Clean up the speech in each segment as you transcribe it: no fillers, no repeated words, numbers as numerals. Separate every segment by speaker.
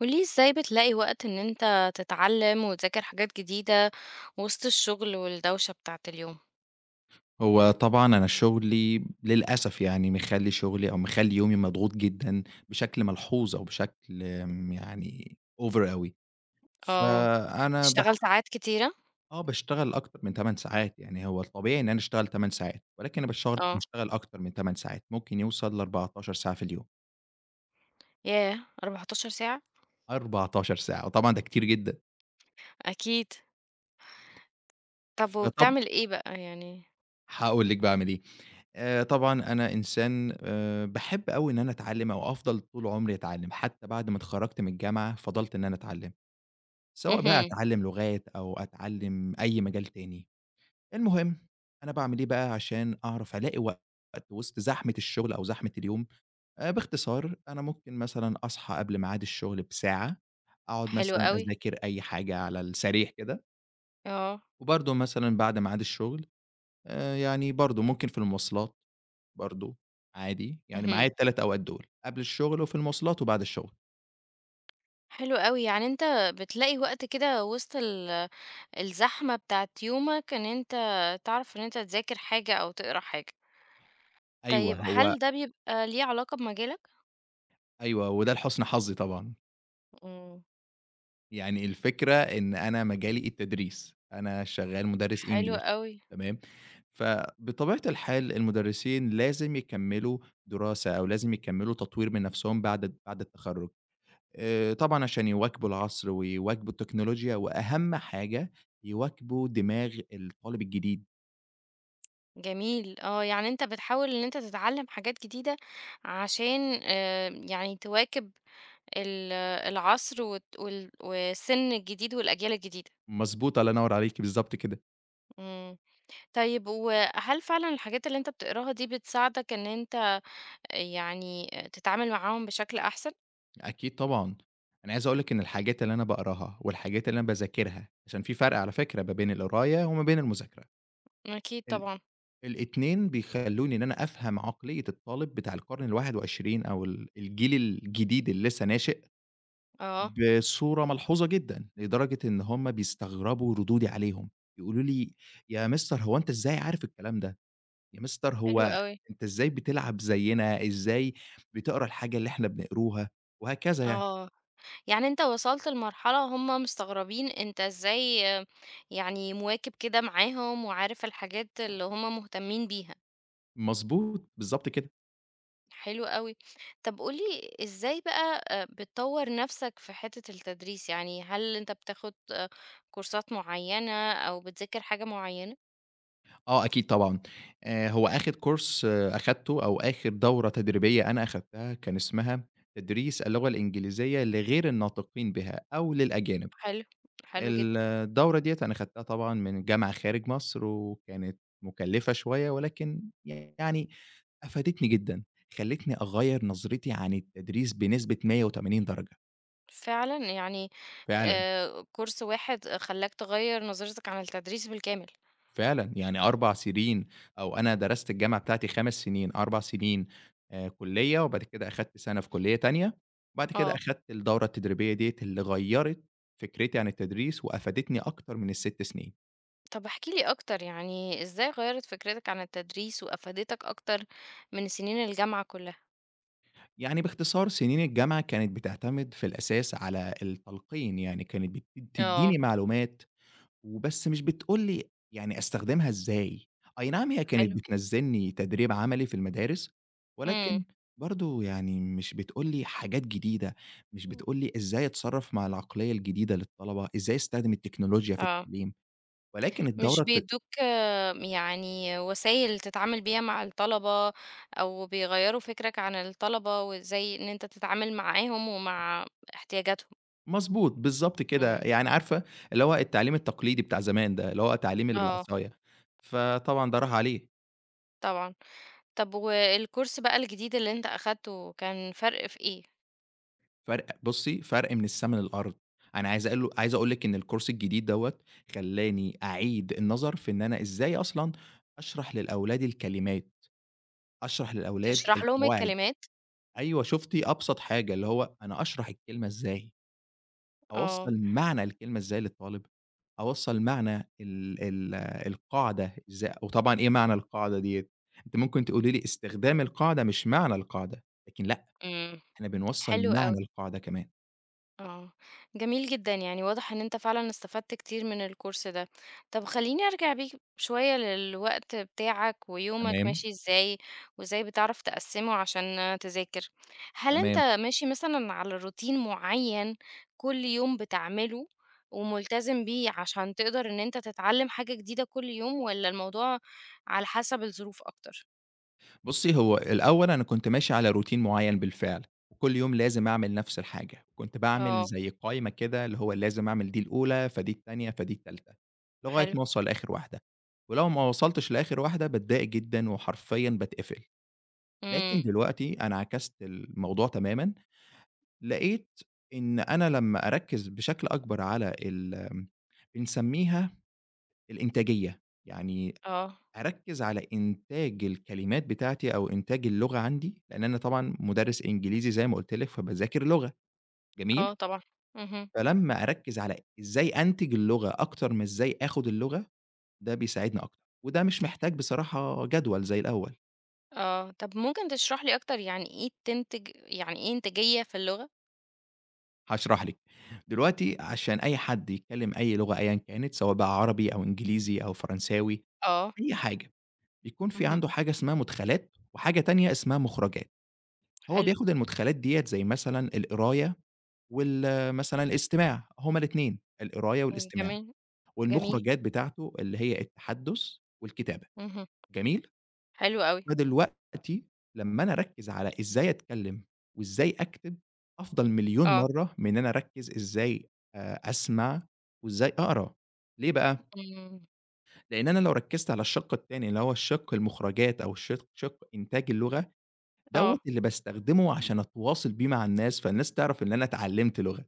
Speaker 1: قولي ازاي بتلاقي وقت ان انت تتعلم وتذاكر حاجات جديدة وسط الشغل والدوشة بتاعة اليوم.
Speaker 2: هو طبعًا أنا شغلي للأسف يعني مخلّي شغلي أو مخلّي يومي مضغوط جدًا بشكل ملحوظ أو بشكل يعني over أوي،
Speaker 1: اه،
Speaker 2: فأنا باح
Speaker 1: تشتغل ساعات كتيرة.
Speaker 2: آه، باشتغل أكتر من 8 ساعات، يعني هو الطبيعي إن أنا أشتغل 8 ساعات، ولكن أنا باشتغل
Speaker 1: اه،
Speaker 2: باشتغل أكتر من 8 ساعات، ممكن يوصل ل14 ساعة في اليوم،
Speaker 1: ياه، 14 ساعة.
Speaker 2: 14 ساعة وطبعًا ده كتير جدًا،
Speaker 1: اكيد. طب
Speaker 2: فطب
Speaker 1: وبتعمل ايه بقى يعني.
Speaker 2: هاقول لِك باعمل إيه، طبعًا أنا إنسان باحب أوي إن أنا أتعلّم أو أفضل طول عمري أتعلّم، حتى بعد ما اتخرجت من الجامعة فضلت إن أنا أتعلّم. سواء بقى
Speaker 1: امم.
Speaker 2: أتعلّم لغات أو أتعلّم أي مجال تاني. المهم أنا باعمل إيه بقى عشان أعرف ألاقي وقت وسط زحمة الشغل أو زحمة اليوم؟ باختصار أنا ممكن مثلًا أصحى قبل ميعاد الشغل بساعة، أقعد
Speaker 1: حلو
Speaker 2: مثلًا
Speaker 1: قوي.
Speaker 2: أذاكر أي حاجة على السريع كده،
Speaker 1: اه.
Speaker 2: وبرضه مثلًا بعد ميعاد الشغل يعني برضه ممكن في المواصلات برضه عادي، يعني
Speaker 1: امم.
Speaker 2: معايا ال3 أوقات دول، قبل الشغل وفي المواصلات وبعد الشغل.
Speaker 1: حلو قوي، يعني انت بتلاقي وقت كده وسط الزحمة بتاعة يومك ان انت تعرف ان انت تذاكر حاجة او تقرا حاجة.
Speaker 2: أيوه،
Speaker 1: طيب
Speaker 2: هو
Speaker 1: هل ده بيبقى ليه علاقة بمجالك؟
Speaker 2: أيوه، وده لحُسن حظي طبعًا.
Speaker 1: مم.
Speaker 2: يعني الفكرة إن أنا مجالي التدريس، أنا شغّال مُدرِّس
Speaker 1: حلو
Speaker 2: English
Speaker 1: قوي.
Speaker 2: تمام، فبطبيعة الحال المُدرِّسين لازم يكمّلوا دراسة أو لازم يكمّلوا تطوير من نَفْسهم بعد التخرُّج، طبعًا عشان يواكبوا العصر ويواكبوا التكنولوجيا وأهَم حاجة يواكبوا دماغ الطالب الجديد.
Speaker 1: جميل، آه، يعني أنت بتحاول إن أنت تتعلّم حاجات جديدة عشان يعني تواكب ال العصر وت وال والسِن الجديد والأجيال الجديدة،
Speaker 2: مضبوط، الله ينوّر عليكِ، بالضبط كده.
Speaker 1: إمم، طيب وهل فعلًا الحاجات اللي أنت بتقراها دي بتساعدك إن أنت آه، يعني تتعامل معاهم بشكل أحسن؟
Speaker 2: أكيد طبعًا. أنا عايز أقول لِك إن الحاجات اللي أنا باقراها والحاجات اللي أنا باذاكرها عشان في فرْق على فكرة ما بين القراية وما بين المذاكرة.
Speaker 1: أكيد
Speaker 2: ال
Speaker 1: طبعًا،
Speaker 2: الاتنين بيخلّوني إن أنا أفهم عقلية الطالب بتاع القرن ال21 أو الجيل الجديد اللي لسه ناشئ
Speaker 1: آه،
Speaker 2: بصورة ملحوظة جدًا، لدرجة إن هُم بيستغربوا ردودي عليهم، يقولوا لي: "يا مستر هو أنت إزاي عارف الكلام ده؟ يا مستر
Speaker 1: حلو
Speaker 2: هو
Speaker 1: أوي،
Speaker 2: أنت إزاي بتلعب زيّنا، إزاي بتقرا الحاجة اللي إحنا بنقروها؟" وهكذا يعني.
Speaker 1: آه، يعني أنت وصلت لمرحلة هُم مستغربين أنت إزاي آه، يعني مواكب كده معاهم وعارف الحاجات اللي هُم مهتمين بيها.
Speaker 2: مضبوط، بالضبط كده.
Speaker 1: حلو أوي. طب قُل لي إزاي بقى بتطوّر نَفْسك في حتّة التدريس؟ يعني هل أنت بتاخد آه، كورسات معيّنة أو بتذاكر حاجة معيّنة؟
Speaker 2: آه أكيد طبعًا، هو آخر كورس آه، أخدته أو آخر دورة تدريبية أنا أخدتها كان اسمها تدريس اللغة الإنجليزية لغير الناطقين بها أو للأجانب،
Speaker 1: حلو، حلو جدًا.
Speaker 2: الدورة ديّة أنا خدتها طبعًا من جامعة خارج مصر، وكانت مكلفة شوية ولكن يعني أفادتني جدًا، خلتني أغيّر نظرتي عن التدريس بنسبة 180 درجة،
Speaker 1: فعلًا يعني
Speaker 2: فعلًا.
Speaker 1: كورس واحد خلّاك تغيّر نظرتك عن التدريس بالكامل.
Speaker 2: فعلًا، يعني 4 سنين أو أنا درست الجامعة بتاعتي 5 سنين، 4 سنين كُلّية وبعد كده أخدت سَنة في كُلّية تانية، وبعد كده
Speaker 1: آه.
Speaker 2: أخدت الدورة التدريبية ديّة اللي غيّرت فكرتي عن التدريس وأفادتني أكتر من ال6 سنين.
Speaker 1: طب احكِ لي أكتر، يعني إزاي غيّرت فكرتك عن التدريس وأفادتك أكتر من سنين الجامعة كُلّها؟
Speaker 2: يعني باختصار سنين الجامعة كانت بتعتمد في الأساس على التلقين، يعني كانت بتدّيني
Speaker 1: آه،
Speaker 2: معلومات وبس مش بتقول لي يعني أستخدمها إزاي، أي نعم هي كانت
Speaker 1: حلو.
Speaker 2: بتنزّلني تدريب عملي في المدارس، ولكن
Speaker 1: إمم.
Speaker 2: برضه يعني مش بتقول لي حاجات جديدة، مش بتقول لي إزاي أتصرّف مع العقلية الجديدة للطلبة، إزاي أستخدم التكنولوجيا في
Speaker 1: آه.
Speaker 2: التعليم، ولكن الدورة
Speaker 1: مش
Speaker 2: الت
Speaker 1: بيدوك آه، يعني وسايل تتعامل بيها مع الطلبة أو بيغيّروا فكرك عن الطلبة وإزاي إن أنت تتعامل معاهم ومع احتياجاتهم،
Speaker 2: مضبوط، بالضبط كده،
Speaker 1: إمم.
Speaker 2: يعني عارفة اللي هو التعليم التقليدي بتاع زمان ده، اللي هو التعليم اللي
Speaker 1: آه،
Speaker 2: بالعصاية، فطبعًا ده راح عليه.
Speaker 1: طبعًا. طب والكورس بقى الجديد اللي أنت أخدته كان فرق في إيه؟
Speaker 2: فرق بُصّي، فرق من السما للأرض. أنا عايز أقول لِك إن الكورس الجديد دوّة خلّاني أعيد النظر في إن أنا إزاي أصلًا أشرح للأولاد الكلمات، أشرح للأولاد
Speaker 1: تشرح لهم
Speaker 2: القواعد.
Speaker 1: الكلمات؟
Speaker 2: أيوه، شُفتِ أبسط حاجة، اللي هو أنا أشرح الكلمة إزاي،
Speaker 1: آه،
Speaker 2: أوصّل معنى الكلمة إزاي للطالب، أوصّل معنى ال القاعدة وطبعًا إيه معنى القاعدة ديّة، أنتِ ممكن تقولي لي استخدام القاعدة مش معنى القاعدة، لكن لأ،
Speaker 1: إمم،
Speaker 2: إحنا بنوصّل
Speaker 1: حلو أوي.
Speaker 2: معنى القاعدة كمان.
Speaker 1: اه، جميل جدا، يعني واضح ان انت فعلا استفدت كتير من الكورس ده. طب خليني ارجع بيك شوية للوقت بتاعك ويومك
Speaker 2: تمام،
Speaker 1: ماشي ازاي وازاي بتعرف تقسمه عشان تذاكر. هل انت
Speaker 2: تمام.
Speaker 1: ماشي مثلا على روتين معين كل يوم بتعمله وملتزم بيه عشان تقدر ان انت تتعلم حاجة جديدة كل يوم ولا الموضوع على حسب الظروف اكتر.
Speaker 2: بُصّي، هو الأول أنا كنت ماشي على روتين معيّن بالفعل، وكل يوم لازم أعمل نفس الحاجة، كنت باعمل
Speaker 1: اه.
Speaker 2: زي قايمة كده اللي هو لازم أعمل دي الأولى، فدي التانية، فدي التالتة، لغاية
Speaker 1: حلو.
Speaker 2: ما أوصل لآخر واحدة، ولو ما وصلتش لآخر واحدة باتضايق جدًا وحرفيًا باتقفل، لكن
Speaker 1: امم.
Speaker 2: دلوقتي أنا عكست الموضوع تمامًا، لقيت إن أنا لمّا أركّز بشكل أكبر على ال بنسميها الإنتاجية، يعني
Speaker 1: اه.
Speaker 2: أركّز على إنتاج الكلمات بتاعتي أو إنتاج اللغة عندي، لإن أنا طبعًا مُدرِّس إنجليزي زي ما قُلت لِك، فباذاكر لغة، جميل؟
Speaker 1: اه طبعا، مهم.
Speaker 2: فلمّا أركّز على إزاي أنتج اللغة أكتر من إزاي آخُد اللغة، ده بيساعدني أكتر، وده مش محتاج بصراحة جدول زي الأول،
Speaker 1: آه، طب ممكن تشرح لي أكتر يعني إيه تنتج يعني إيه إنتاجية في اللغة؟
Speaker 2: هاشرح لِك. دلوقتي عشان أي حد يتكلّم أي لغة أيًا كانت، سواء بقى عربي أو إنجليزي أو فرنساوي،
Speaker 1: آه،
Speaker 2: أي حاجة، بيكون في
Speaker 1: اهم،
Speaker 2: عنده حاجة اسمها مُدخلات وحاجة تانية اسمها مُخرجات، هو
Speaker 1: حلو،
Speaker 2: بياخُد المُدخلات ديّة زي مثلًا القراية مثلًا الاستماع، هُم الاتنين، القراية
Speaker 1: إمم،
Speaker 2: والاستماع،
Speaker 1: كمان جميل،
Speaker 2: والمُخرجات بتاعته اللي هي التحدُّث والكتابة،
Speaker 1: اهم،
Speaker 2: جميل؟
Speaker 1: حلو أوي،
Speaker 2: فدلوقتي لمّا أنا أركّز على إزاي أتكلّم وإزاي أكتب، أفضل مليون
Speaker 1: آه،
Speaker 2: مرّة من إن أنا أركّز إزاي أسمع وإزاي أقرا، ليه بقى؟
Speaker 1: إمم،
Speaker 2: لإن أنا لو ركّزت على الشَق التاني اللي هو الشِق المُخرجات أو شِق إنتاج اللغة، دوّة
Speaker 1: آه،
Speaker 2: اللي باستخدمه عشان أتواصل بيه مع الناس، فالناس تعرف إن أنا اتعلّمت لغة.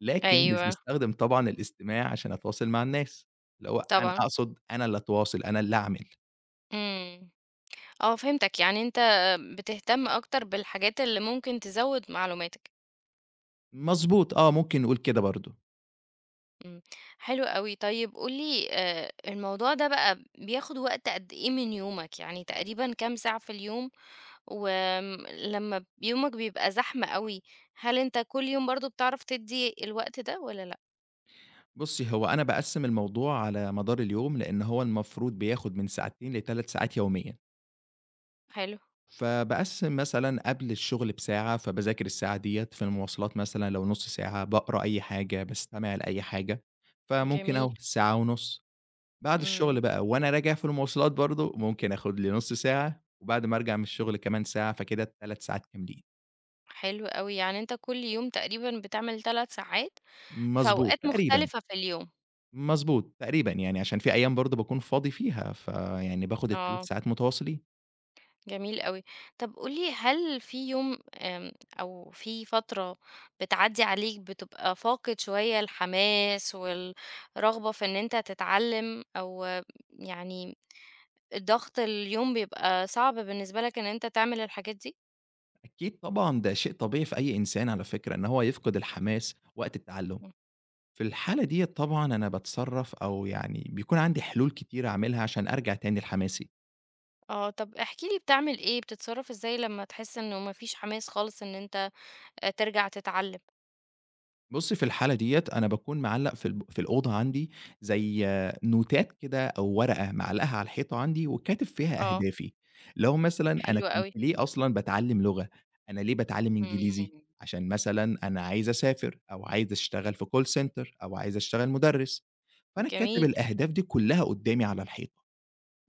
Speaker 2: لكن مش
Speaker 1: أيوه،
Speaker 2: باستخدم طبعًا الاستماع عشان أتواصل مع الناس، اللي هو أنا
Speaker 1: طبعًا،
Speaker 2: أقصد أنا اللي أتواصل، أنا اللي أعمل.
Speaker 1: إمم، آه فهمتك، يعني أنت بتهتم أكتر بالحاجات اللي ممكن تزوّد معلوماتك،
Speaker 2: مضبوط آه، ممكن نقول كده برضه.
Speaker 1: إمم، حلو أوي، طيب قُل لي الموضوع ده بقى بياخد وقت قد إيه من يومك، يعني تقريبًا كام ساعة في اليوم؟ ولما يومك بيبقى زحمة أوي، هل أنت كل يوم برضه بتعرف تدّي الوقت ده والّا لأ؟
Speaker 2: بُصّي، هو أنا باقسّم الموضوع على مدار اليوم، لإن هو المفروض بياخد من ساعتين ل3 ساعات يوميًا،
Speaker 1: حلو،
Speaker 2: فباقسّم مثلًا قبل الشغل بساعة، فباذاكر الساعة ديّة، في المواصلات مثلًا لو نُص ساعة، باقرا أي حاجة، باستمع لأي حاجة، فممكن
Speaker 1: جميل،
Speaker 2: أهو ساعة ونُص. بعد
Speaker 1: إمم،
Speaker 2: الشغل بقى وأنا راجع في المواصلات برضه، ممكن آخُد لي نُص ساعة، وبعد ما أرجع من الشغل كمان ساعة، فكده 3 ساعات كاملين.
Speaker 1: حلو أوي، يعني أنت كل يوم تقريبًا بتعمل 3 ساعات في
Speaker 2: مضبوط،
Speaker 1: أوقات
Speaker 2: تقريبًا،
Speaker 1: مختلفة في اليوم،
Speaker 2: مضبوط، تقريبًا يعني عشان في أيام برضه باكون فاضي فيها، فيعني باخُد ال3
Speaker 1: آه،
Speaker 2: ساعات متواصلين.
Speaker 1: جميل أوي. طب قُل لي هل في يوم أو في فترة بتعدّي عليك بتبقى فاقد شوية الحماس والرغبة في إن أنت تتعلم أو يعني الضغط اليوم بيبقى صعب بالنسبة لك إن أنت تعمل الحاجات دي؟
Speaker 2: أكيد طبعًا ده شيء طبيعي في أي إنسان على فكرة إن هو يفقد الحماس وقت التعلُّم.
Speaker 1: إمم.
Speaker 2: في الحالة ديّة طبعًا أنا باتصرّف أو يعني بيكون عندي حلول كتيرة أعملها عشان أرجع تاني لحماسي.
Speaker 1: آه، طب احكِ لي بتعمل إيه، بتتصرّف إزاي لمّا تحس إنه ما فيش حماس خالص إن أنت ترجع تتعلم؟
Speaker 2: بُصّي، في الحالة ديّة أنا باكون معلّق في الأوضة عندي زي آه، نوتات كده أو ورقة معلقها على الحيطة عندي وكاتب فيها
Speaker 1: آه،
Speaker 2: أهدافي، اللي هو مثلًا أنا
Speaker 1: حلو
Speaker 2: كنت
Speaker 1: أوي،
Speaker 2: ليه أصلًا باتعلّم لغة، أنا ليه باتعلّم إنجليزي،
Speaker 1: إمم،
Speaker 2: عشان مثلًا أنا عايز أسافر أو عايز أشتغل في call center أو عايز أشتغل مُدرِّس، فأنا كاتب
Speaker 1: جميل،
Speaker 2: الأهداف دي كلّها قدّامي على الحيطة.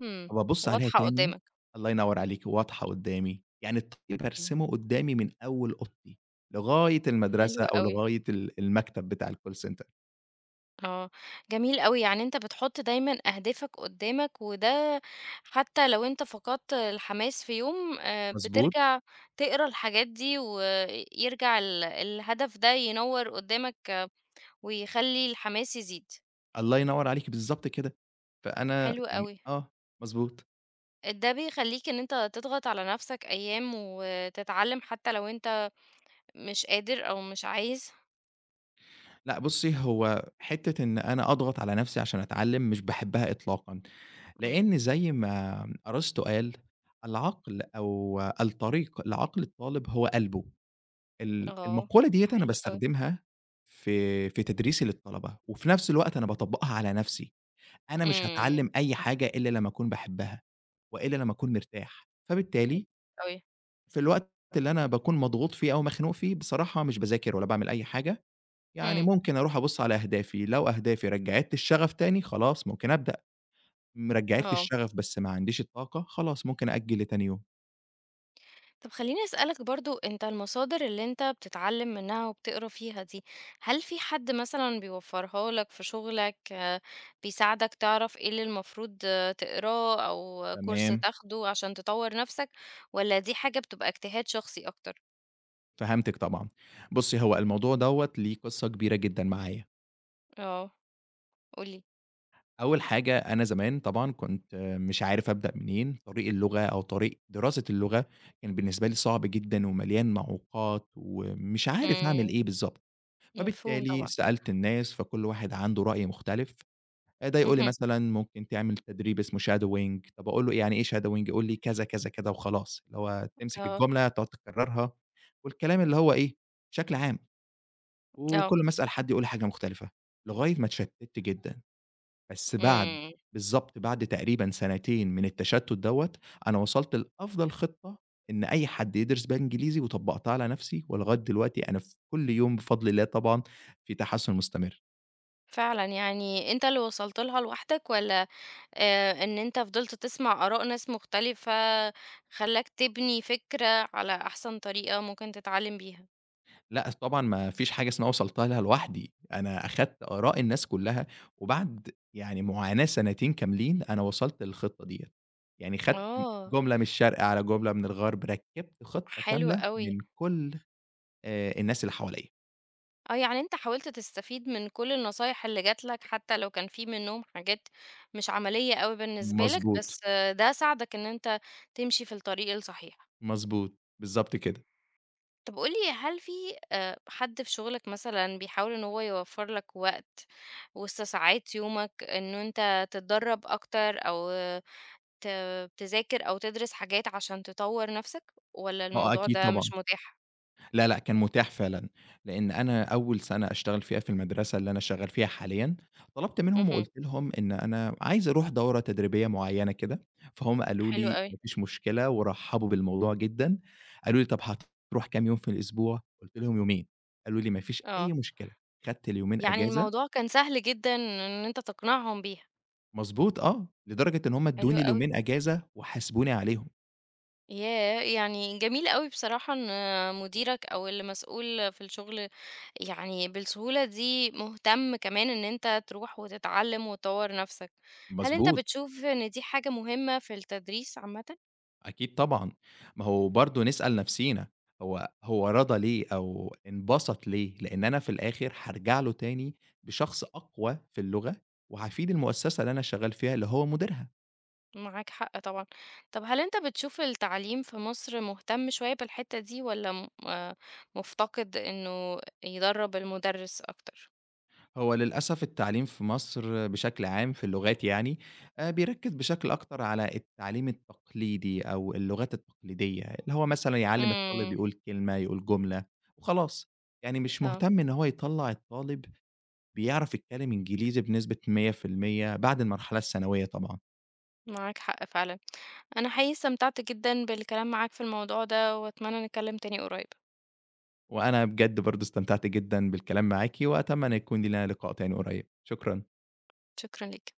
Speaker 1: إمم،
Speaker 2: فبابُص عليها
Speaker 1: واضحة
Speaker 2: تاني
Speaker 1: قدّامك،
Speaker 2: الله ينوّر عليكِ، واضحة قدّامي، يعني الطريق بارسمه
Speaker 1: اهم.
Speaker 2: قدّامي من أول أوضتي لغاية
Speaker 1: حلو
Speaker 2: المدرسة أو
Speaker 1: أوي،
Speaker 2: لغاية المكتب بتاع الcall center
Speaker 1: آه، جميل أوي، يعني أنت بتحُط دايمًا أهدافك قدّامك وده حتى لو أنت فقدت الحماس في يوم
Speaker 2: مضبوط؟
Speaker 1: بترجع تقرا الحاجات دي ويرجع الهدف ده ينوّر قدّامك ويخلّي الحماس يزيد،
Speaker 2: الله ينوّر عليكِ، بالضبط كده. فأنا
Speaker 1: حلو
Speaker 2: يعني
Speaker 1: أوي.
Speaker 2: آه، مضبوط.
Speaker 1: ده بيخلّيك إن أنت تضغط على نَفْسك أيام وتتعلّم حتى لو أنت مش قادر أو مش عايز.
Speaker 2: لأ بُصّي، هو حتّة إن أنا أضغط على نَفْسي عشان أتعلّم مش باحبّها إطلاقًا،
Speaker 1: إمم،
Speaker 2: لإن زي ما أرسطو قال: "العقل أو الطريق لعقل الطالب هو قلبه."
Speaker 1: آه،
Speaker 2: المقولة ديّة أنا
Speaker 1: حلو أوي.
Speaker 2: باستخدمها في تدريسي للطلبة، وفي نفس الوقت أنا باطبّقها على نفسي، أنا مش
Speaker 1: إمم،
Speaker 2: هاتعلّم أي حاجة إلا لمّا أكون باحبها، وإلا لمّا أكون مرتاح، فبالتالي
Speaker 1: أوي.
Speaker 2: في الوقت اللي أنا باكون مضغوط فيه أو مخنوق فيه بصراحة مش باذاكر ولا باعمل أي حاجة، يعني
Speaker 1: إمم،
Speaker 2: ممكن أروح أبُص على أهدافي، لو أهدافي رجّعت لي الشغف تاني خلاص ممكن أبدأ، رجّعت لي
Speaker 1: آه.
Speaker 2: الشغف بس ما عنديش الطاقة خلاص ممكن أأجّل لتاني يوم،
Speaker 1: طب خلّيني أسألك برضه أنت المصادر اللي أنت بتتعلّم منها وبتقرا فيها دي، هل في حد مثلًا بيوفّرها لك في شغلك، آه، بيساعدك تعرف إيه اللي المفروض آه، تقراه أو كورس
Speaker 2: تمام،
Speaker 1: تاخده عشان تطوّر نَفْسك، والّا دي حاجة بتبقى اجتهاد شخصي أكتر؟
Speaker 2: فهمتِك طبعًا. بُصّي هو الموضوع دوّة ليه قصة كبيرة جدًا معايا.
Speaker 1: آه، قُل لي.
Speaker 2: أول حاجة أنا زمان طبعًا كنت مش عارف أبدأ منين، طريق اللغة أو طريق دراسة اللغة كان بالنسبة لي صعب جدًا ومليان معوقات ومش عارف أعمل
Speaker 1: إمم،
Speaker 2: إيه بالضبط،
Speaker 1: مفهوم
Speaker 2: فبالتالي
Speaker 1: طبعًا.
Speaker 2: سألت الناس فكل واحد عنده رأي مختلف، ده يقول لي
Speaker 1: اهم،
Speaker 2: مثلًا ممكن تعمل تدريب اسمه shadowing طب أقول له يعني إيه shadowing يقول لي كذا، كذا، كذا وخلاص، اللي هو تمسك
Speaker 1: آه،
Speaker 2: الجملة تقعد تكررها والكلام اللي هو إيه، بشكل عام،
Speaker 1: آه،
Speaker 2: وكل ما أسأل حد يقول لي حاجة مختلفة، لغاية ما اتشتت جدًا. بس بعد
Speaker 1: إمم،
Speaker 2: بالضبط، بعد تقريبًا سنتين من التشتُّت دوّة، أنا وصلت لأفضل خطة إن أي حد يدرس بيها إنجليزي وطبّقتها على نَفْسي، ولغاية دلوقتي أنا في كل يوم بفضل الله طبعًا في تحسُّن مستمر.
Speaker 1: فعلًا يعني أنت اللي وصلت لها لوحدك والّا إن أنت فضلت تسمع آراء ناس مختلفة، خلّاك تبني فكرة على أحسن طريقة ممكن تتعلم بيها.
Speaker 2: لأ، طبعًا ما فيش حاجة اسمها وصلت لها لوحدي، أنا أخدت آراء الناس كُلّها وبعد يعني معاناة سنتين كاملين، أنا وصلت للخطة ديّة. يعني خدت
Speaker 1: آه،
Speaker 2: جملة من الشرق على جملة من الغرب، ركِّبت خطة
Speaker 1: حلو
Speaker 2: كاملة
Speaker 1: أوي.
Speaker 2: من كل الناس اللي حواليّا.
Speaker 1: آه، يعني أنت حاولت تستفيد من كل النصايح اللي جات لك، حتى لو كان في منهم حاجات مش عملية أوي بالنسبة لك،
Speaker 2: مضبوط.
Speaker 1: بس آه، ده ساعدك إن أنت تمشي في الطريق الصحيح.
Speaker 2: مضبوط، بالضبط كده.
Speaker 1: طب قُل لي هل في حد في شغلك مثلًا بيحاول إن هو يوفّر لك وقت وسط ساعات يومك إن أنت تتدرب أكتر أو ت تذاكر أو تدرس حاجات عشان تطوّر نَفْسك، والّا
Speaker 2: آه
Speaker 1: الموضوع
Speaker 2: أكيد
Speaker 1: ده
Speaker 2: طبعًا.
Speaker 1: مش متاح؟
Speaker 2: لا، لأ، كان متاح فعلًا، لإن أنا أول سَنة أشتغل فيها في المدرسة اللي أنا شغّال فيها حاليًا، طلبت منهم
Speaker 1: اهم،
Speaker 2: وقُلت لهم إن أنا عايز أروح دورة تدريبية معيّنة كده، فهُم قالوا
Speaker 1: حلو
Speaker 2: لي:
Speaker 1: أوي،
Speaker 2: "ما فيش مشكلة." ورحّبوا بالموضوع جدًا. قالوا لي: "طب هتروح كام يوم في الأسبوع؟" قُلت لهم: "يومين." قالوا لي: "ما فيش أي
Speaker 1: آه،
Speaker 2: مشكلة." خدت اليومين
Speaker 1: يعني
Speaker 2: أجازة
Speaker 1: الموضوع كان سهل جدًا إن أنت تقنعهم بيها،
Speaker 2: مضبوط آه، لدرجة إن هُم
Speaker 1: حلو
Speaker 2: ادّوني
Speaker 1: أوي،
Speaker 2: اليومين أجازة وحاسبوني عليهم.
Speaker 1: ياه! يعني جميل أوي بصراحة إن مديرك أو اللي مسؤول في الشغل يعني بالسهولة دي مهتم كمان إن أنت تروح وتتعلّم وتطوّر نَفْسك، هل أنت
Speaker 2: مضبوط.
Speaker 1: بتشوف إن دي حاجة مهمة في التدريس عامةً؟
Speaker 2: أكيد طبعًا، ما هو برضه نسأل نفسينا هو رضى ليه أو انبسط ليه؟ لإن أنا في الآخر هارجع له تاني بشخص أقوى في اللغة، وهافيد المؤسسة اللي أنا شغال فيها اللي هو مديرها.
Speaker 1: معاك حق طبعًا. طب هل أنت بتشوف التعليم في مصر مهتم شوية بالحتّة دي والّا م مفتقد إنه يدرّب المدرس أكتر؟
Speaker 2: هو للأسف التعليم في مصر بشكل عام في اللغات يعني، بيركز بشكل أكتر على التعليم التقليدي أو اللغات التقليدية، اللي هو مثلًا يعلّم الطالب
Speaker 1: إمم،
Speaker 2: يقول كلمة، يقول جملة وخلاص، يعني مش
Speaker 1: آه،
Speaker 2: مهتم إن هو يطلّع الطالب بيعرف يتكلم إنجليزي بنسبة 100% بعد المرحلة الثانوية طبعًا،
Speaker 1: معاك حق فعلًا. أنا حقيقي استمتعت جدًا بالكلام معاك في الموضوع ده وأتمنى نتكلم تاني قريب.
Speaker 2: وأنا بجد برضه استمتعت جدًا بالكلام معاكِ، وأتمنى يكون لينا لقاء تاني قريب، شكرًا.
Speaker 1: شكرًا ليك.